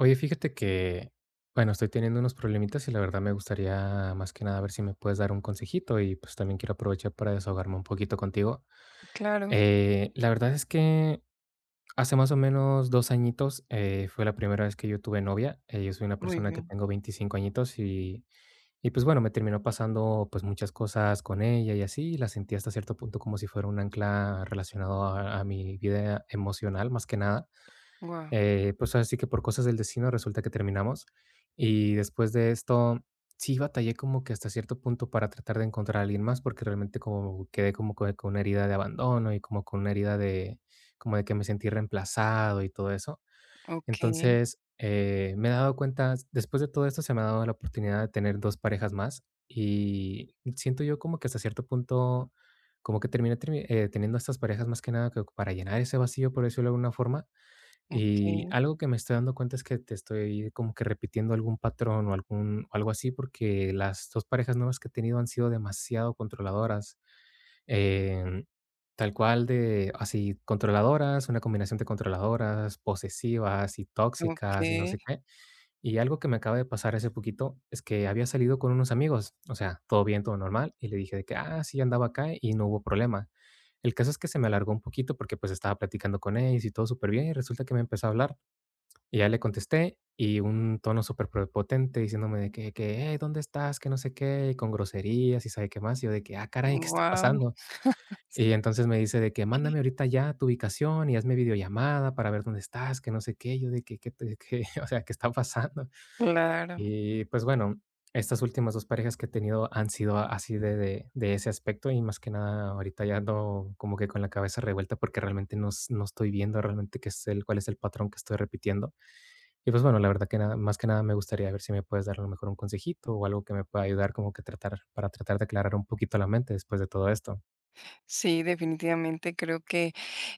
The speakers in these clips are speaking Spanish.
Oye, fíjate que, bueno, estoy teniendo unos problemitas y la verdad me gustaría más que nada ver si me puedes dar un consejito y pues también quiero aprovechar para desahogarme un poquito contigo. Claro, La verdad es que hace más o menos 2 añitos fue la primera vez que yo tuve novia. Yo soy una muy persona que bien. tengo 25 añitos y pues bueno, me terminó pasando pues muchas cosas con ella y así. La sentí hasta cierto punto como si fuera un ancla relacionado a mi vida emocional más que nada. Guau, Pues así que por cosas del destino resulta que terminamos. Y después de esto, sí batallé como que hasta cierto punto para tratar de encontrar a alguien más, porque realmente como quedé como que con una herida de abandono y como con una herida de, como de que me sentí reemplazado y todo eso. okey, Entonces, me he dado cuenta, después de todo esto se me ha dado la oportunidad de tener dos parejas más y siento yo como que hasta cierto punto, como que teniendo estas parejas más que nada que para llenar ese vacío, por decirlo de alguna forma, y okey, algo que me estoy dando cuenta es que te estoy como que repitiendo algún patrón o algún o algo así, porque las 2 parejas nuevas que he tenido han sido demasiado controladoras, em, tal cual de así, controladoras, una combinación de controladoras, posesivas y tóxicas y no okey, sé qué. Y algo que me acaba de pasar hace poquito es que había salido con unos amigos, o sea, todo bien, todo normal, y le dije de que: "Ah, sí, andaba acá", y no hubo problema. El caso es que se me alargó un poquito porque, pues, estaba platicando con ellos y todo súper bien y resulta que me empezó a hablar. Y ya le contesté, y un tono superprepotente diciéndome de que: "Hey, ¿dónde estás?", que no sé qué, y con groserías y sabe qué más, y yo de que: "Ah, caray, ¿qué está guau, pasando?". Y entonces me dice de que: "Mándame ahorita ya tu ubicación y hazme videollamada para ver dónde estás", que no sé qué, yo de que te que, o sea, ¿qué está pasando? claro. Y, pues, bueno, estas últimas 2 parejas que he tenido han sido así de de ese aspecto, y más que nada ahorita ya ando como que con la cabeza revuelta porque realmente no estoy viendo realmente qué es el cuál es el patrón que estoy repitiendo. Y pues bueno, la verdad que nada más que nada me gustaría ver si me puedes dar a lo mejor un consejito o algo que me pueda ayudar como que tratar para tratar de aclarar un poquito la mente después de todo esto. Sí, definitivamente creo que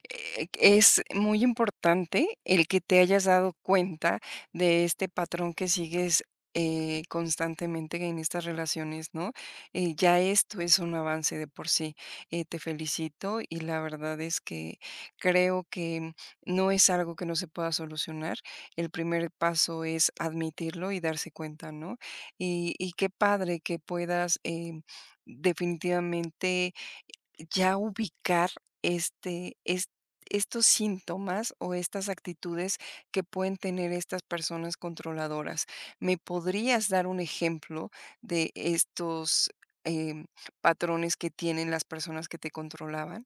es muy importante el que te hayas dado cuenta de este patrón que sigues constantemente en estas relaciones, ¿no? Ya esto es un avance de por sí. Te felicito y la verdad es que creo que no es algo que no se pueda solucionar. El primer paso es admitirlo y darse cuenta, ¿no? Y qué padre que puedas definitivamente ya ubicar este, es- estos síntomas o estas actitudes que pueden tener estas personas controladoras. ¿Me podrías dar un ejemplo de estos em, patrones que tienen las personas que te controlaban?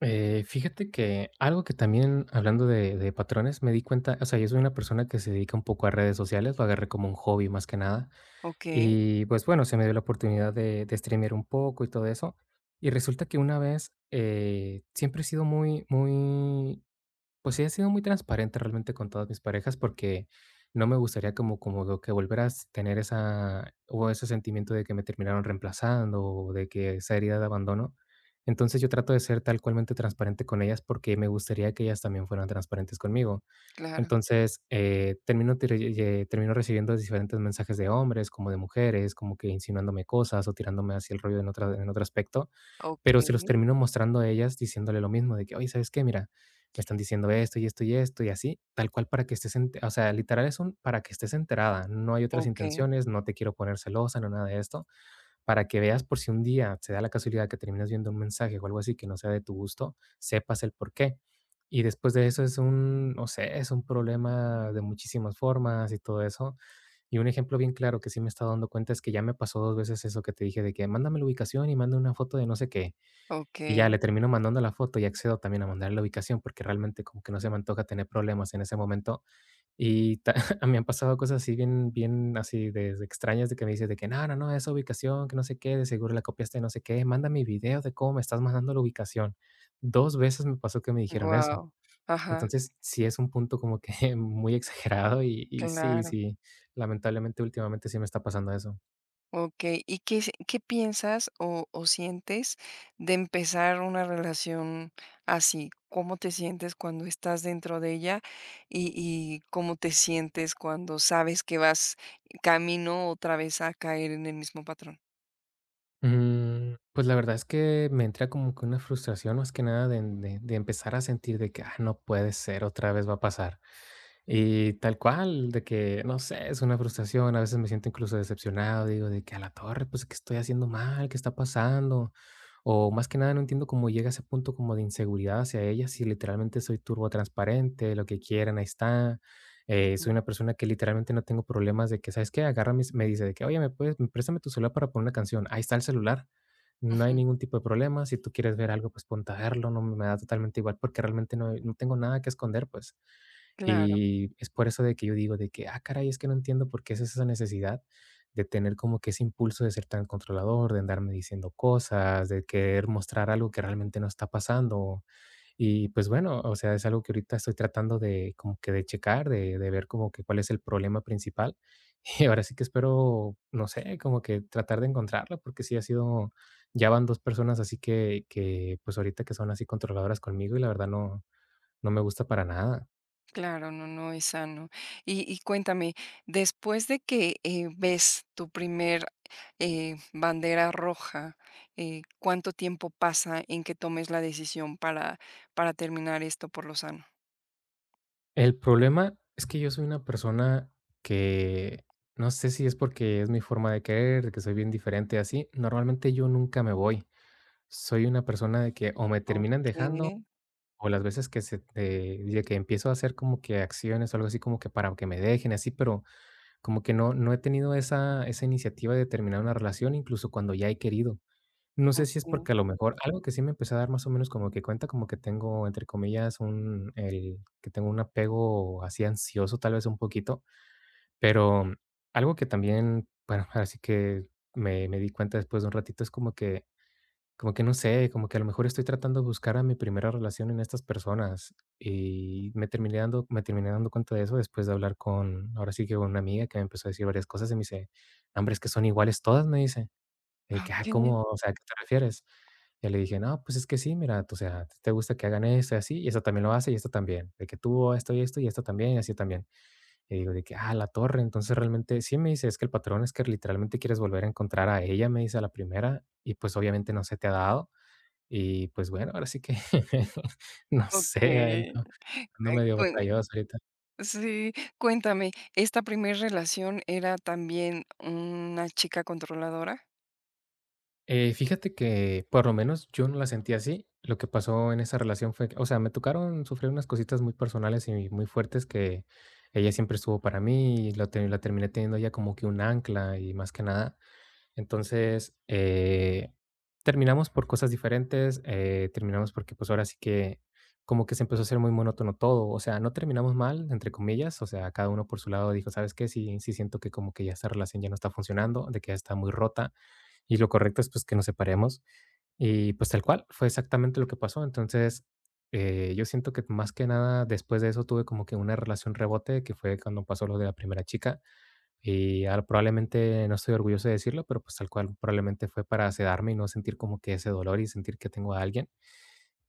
Fíjate que algo que también hablando de, patrones me di cuenta, o sea, yo soy una persona que se dedica un poco a redes sociales, lo agarré como un hobby más que nada. Ok, Y pues bueno, se me dio la oportunidad de streamear un poco y todo eso. Y resulta que una vez siempre he sido muy Pues sí, he sido muy transparente realmente con todas mis parejas porque no me gustaría como como lo que volveras a tener esa o ese sentimiento de que me terminaron reemplazando o de que esa herida de abandono. Entonces, yo trato de ser tal cualmente transparente con ellas porque me gustaría que ellas también fueran transparentes conmigo. claro. Entonces, termino tire ye termino recibiendo diferentes mensajes de hombres, como de mujeres, como que insinuándome cosas o tirándome hacia el rollo en otro aspecto, Ok, pero se los termino mostrando a ellas diciéndole lo mismo, de que, oye, ¿sabes qué? Mira, me están diciendo esto y esto y esto y así, tal cual para que estés, o sea, literal es un para que estés enterada, no hay otras ok, intenciones, no te quiero poner celosa, no nada de esto, para que veas por si un día se da la casualidad que terminas viendo un mensaje o algo así que no sea de tu gusto, sepas el por qué. Y después de eso es un, no sé, es un problema de muchísimas formas y todo eso. Y un ejemplo bien claro que sí me está dando cuenta es que ya me pasó dos veces eso que te dije de que mándame la ubicación y manda una foto de no sé qué. Y ya ok. le termino mandando la foto y accedo también a mandar la ubicación, porque realmente como que no se me antoja tener problemas en ese momento. Y ta me han pasado cosas así bien así de extrañas de que me dices de que: "No, no, no, esa ubicación, que no sé qué, de seguro la copiaste de no sé qué, manda mi video de cómo me estás mandando la ubicación". Dos veces me pasó que me dijeron eso. Wow. Ajá, Entonces, sí es un punto como que muy exagerado y sí, claro. sí, lamentablemente últimamente sí me está pasando eso. Okey, ¿y qué piensas o sientes de empezar una relación así? ¿Cómo te sientes cuando estás dentro de ella? Y, ¿cómo te sientes cuando sabes que vas camino otra vez a caer en el mismo patrón? Mm, pues la verdad es que me entra como que una frustración más que nada de empezar a sentir de que, ah, no puede ser, otra vez va a pasar. Y tal cual, de que, no sé, es una frustración, a veces me siento incluso decepcionado, digo, de que a la torre, pues, ¿qué estoy haciendo mal? ¿Qué está pasando? O más que nada no entiendo cómo llega a ese punto como de inseguridad hacia ella, si literalmente soy turbo transparente, lo que quieran, ahí está. Soy Ujú. una persona que literalmente no tengo problemas de que, ¿sabes qué? Agarra, me dice de que, oye, ¿me puedes, préstame tu celular para poner una canción? Ahí está el celular. No hay Ujú, ningún tipo de problema. Si tú quieres ver algo, pues ponte a verlo. No me da totalmente igual porque realmente no, no tengo nada que esconder, pues. claro. Y es por eso de que yo digo de que, ah, caray, es que no entiendo por qué es esa necesidad de tener como que ese impulso de ser tan controlador, de andarme diciendo cosas, de querer mostrar algo que realmente no está pasando. Y pues bueno, o sea, es algo que ahorita estoy tratando de como que de checar, de ver como que cuál es el problema principal. Y ahora sí que espero, no sé, como que tratar de encontrarlo porque sí ha sido, ya van dos personas así que pues ahorita que son así controladoras conmigo y la verdad no, no me gusta para nada. Claro, no, no es sano. Y cuéntame, después de que ves tu primer bandera roja, ¿cuánto tiempo pasa en que tomes la decisión para terminar esto por lo sano? El problema es que yo soy una persona que no sé si es porque es mi forma de querer, de que soy bien diferente así. Normalmente yo nunca me voy. Soy una persona de que o me Ok, terminan dejando sí, o las veces que se de que empiezo a hacer como que acciones o algo así como que para que me dejen así, pero como que no he tenido esa iniciativa de terminar una relación incluso cuando ya he querido. No sé si es porque a lo mejor algo que sí me empezó a dar más o menos como que cuenta, como que tengo, entre comillas, un el que tengo un apego así ansioso, tal vez un poquito, pero algo que también, bueno, así que me di cuenta después de un ratito, es como que no sé, como que a lo mejor estoy tratando de buscar a mi primera relación en estas personas, y me terminé dando cuenta de eso después de hablar con, ahora sí que con una amiga que me empezó a decir varias cosas, y me dice: "No, hombre, es que son iguales todas", me dice. De que: ok, "Ah, ¿cómo? O sea, ¿a qué te refieres?". Ya le dije: "No, pues es que sí, mira, o sea, te gusta que hagan esto y así, y esto también lo hace, y esto también, de que tú esto y esto, y esto también, y así también". Y digo de que: "Ah, la torre". Entonces realmente sí me dice: "Es que el patrón es que literalmente quieres volver a encontrar a ella", me dice: "A la primera, y pues obviamente no se te ha dado". Y pues bueno, ahora sí que no ok. sé, ando medio cuen- batalloso ahorita. Sí, cuéntame, ¿esta primera relación era también una chica controladora? Fíjate que, por lo menos, yo no la sentí así. Lo que pasó en esa relación fue que, o sea, me tocaron sufrir unas cositas muy personales y muy fuertes que ella siempre estuvo para mí y la terminé teniendo ella como que un ancla y más que nada. Entonces, terminamos por cosas diferentes, terminamos porque pues ahora sí que como que se empezó a hacer muy monótono todo. O sea, no terminamos mal, entre comillas. O sea, cada uno por su lado dijo: "¿Sabes qué? Sí, siento que como que ya esta relación ya no está funcionando, de que ya está muy rota y lo correcto es pues que nos separemos". Y pues tal cual, fue exactamente lo que pasó. Entonces, yo siento que más que nada después de eso tuve como que una relación rebote, que fue cuando pasó lo de la primera chica, y ahora probablemente no estoy orgulloso de decirlo, pero pues tal cual probablemente fue para sedarme y no sentir como que ese dolor y sentir que tengo a alguien.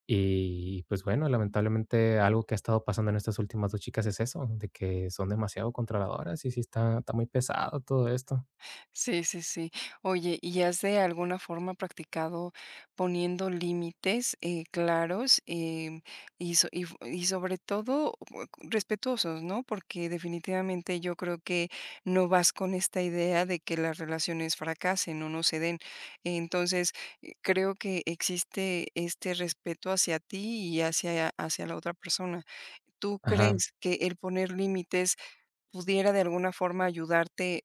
Y pues bueno, lamentablemente algo que ha estado pasando en estas últimas dos chicas es eso, de que son demasiado controladoras y sí está muy pesado todo esto. Sí, sí, sí. Oye, ¿y has de alguna forma practicado poniendo límites claros, em, y sobre todo respetuosos, ¿no? Porque definitivamente yo creo que no vas con esta idea de que las relaciones fracasen o no se den. Entonces, creo que existe este respeto hacia ti y hacia la otra persona. ¿Tú Ajá. crees que el poner límites pudiera de alguna forma ayudarte?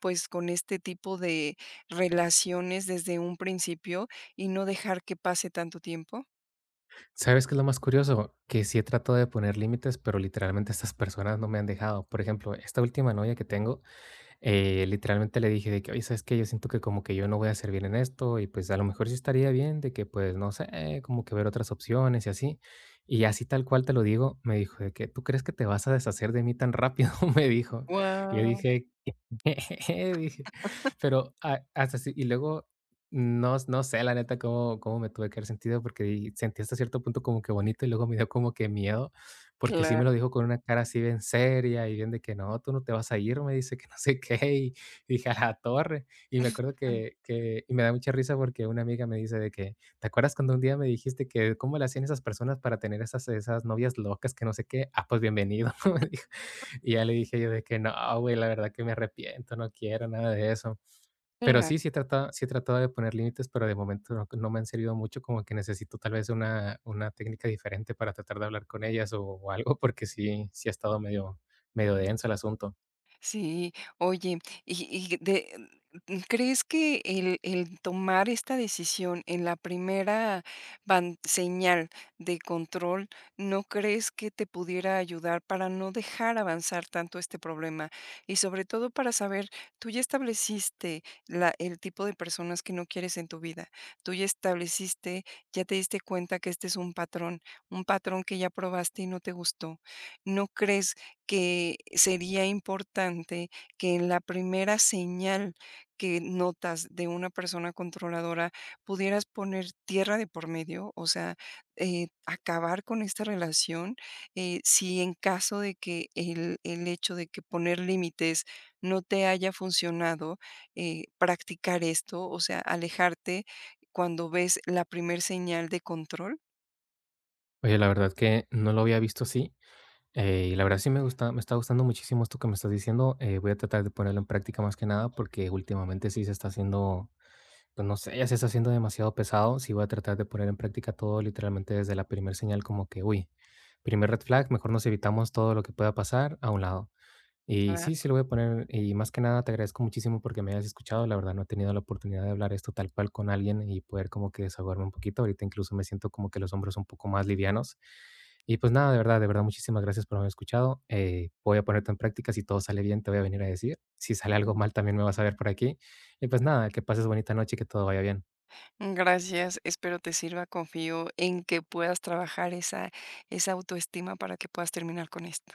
¿Pues con este tipo de relaciones desde un principio y no dejar que pase tanto tiempo? ¿Sabes qué es lo más curioso? Que sí he tratado de poner límites, pero literalmente estas personas no me han dejado. Por ejemplo, esta última novia que tengo, literalmente le dije de que: "Oye, ¿sabes qué? Yo siento que como que yo no voy a servir en esto y pues a lo mejor sí estaría bien de que pues no sé, como que ver otras opciones y así". Y así tal cual te lo digo, me dijo de que: "¿Tú crees que te vas a deshacer de mí tan rápido?" Me dijo. Y yo Wow, dije, dije, pero a hasta así. Y luego no sé, la neta, cómo me tuve que haber sentido, porque di sentí hasta cierto punto como que bonito, y luego me dio como que miedo, porque sí me claro. lo dijo con una cara así bien seria y bien de que: "No, tú no te vas a ir", me dice, que no sé qué, y dije: "A la torre". Y me acuerdo que y me da mucha risa porque una amiga me dice de que: "¿Te acuerdas cuando un día me dijiste que cómo le hacían esas personas para tener esas novias locas que no sé qué? Ah, pues bienvenido", me dijo. Y ya le dije yo de que no, güey, la verdad que me arrepiento, no quiero nada de eso. Pero sí he tratado de poner límites, pero de momento no, no me han servido mucho, como que necesito tal vez una técnica diferente para tratar de hablar con ellas o algo, porque sí ha estado medio, medio denso el asunto. Sí, oye, y de ¿crees que el tomar esta decisión en la primera ban señal de control, no crees que te pudiera ayudar para no dejar avanzar tanto este problema? Y sobre todo para saber, tú ya estableciste la el tipo de personas que no quieres en tu vida, tú ya estableciste, ya te diste cuenta que este es un patrón que ya probaste y no te gustó. ¿No crees que sería importante que en la primera señal que notas de una persona controladora pudieras poner tierra de por medio, o sea, acabar con esta relación, si en caso de que el hecho de que poner límites no te haya funcionado, practicar esto, o sea, alejarte cuando ves la primer señal de control. Oye, la verdad que no lo había visto así. Y la verdad sí me gusta, me está gustando muchísimo esto que me estás diciendo. Voy a tratar de ponerlo en práctica más que nada, porque últimamente sí se está haciendo... Pues no sé, ya se está haciendo demasiado pesado. Si voy a tratar de poner en práctica todo literalmente desde la primer señal como que, uy, primer red flag, mejor nos evitamos todo lo que pueda pasar a un lado. Y Claro. Sí lo voy a poner. Y más que nada te agradezco muchísimo porque me hayas escuchado. La verdad no he tenido la oportunidad de hablar esto tal cual con alguien y poder como que desahogarme un poquito. Ahorita incluso me siento como que los hombros un poco más livianos. Y pues nada, de verdad, muchísimas gracias por haberme escuchado. Voy a ponerlo en práctica. Si todo sale bien, te voy a venir a decir. Si sale algo mal, también me vas a ver por aquí. Y pues nada, que pases bonita noche y que todo vaya bien. Gracias, espero te sirva, confío en que puedas trabajar esa autoestima para que puedas terminar con esto.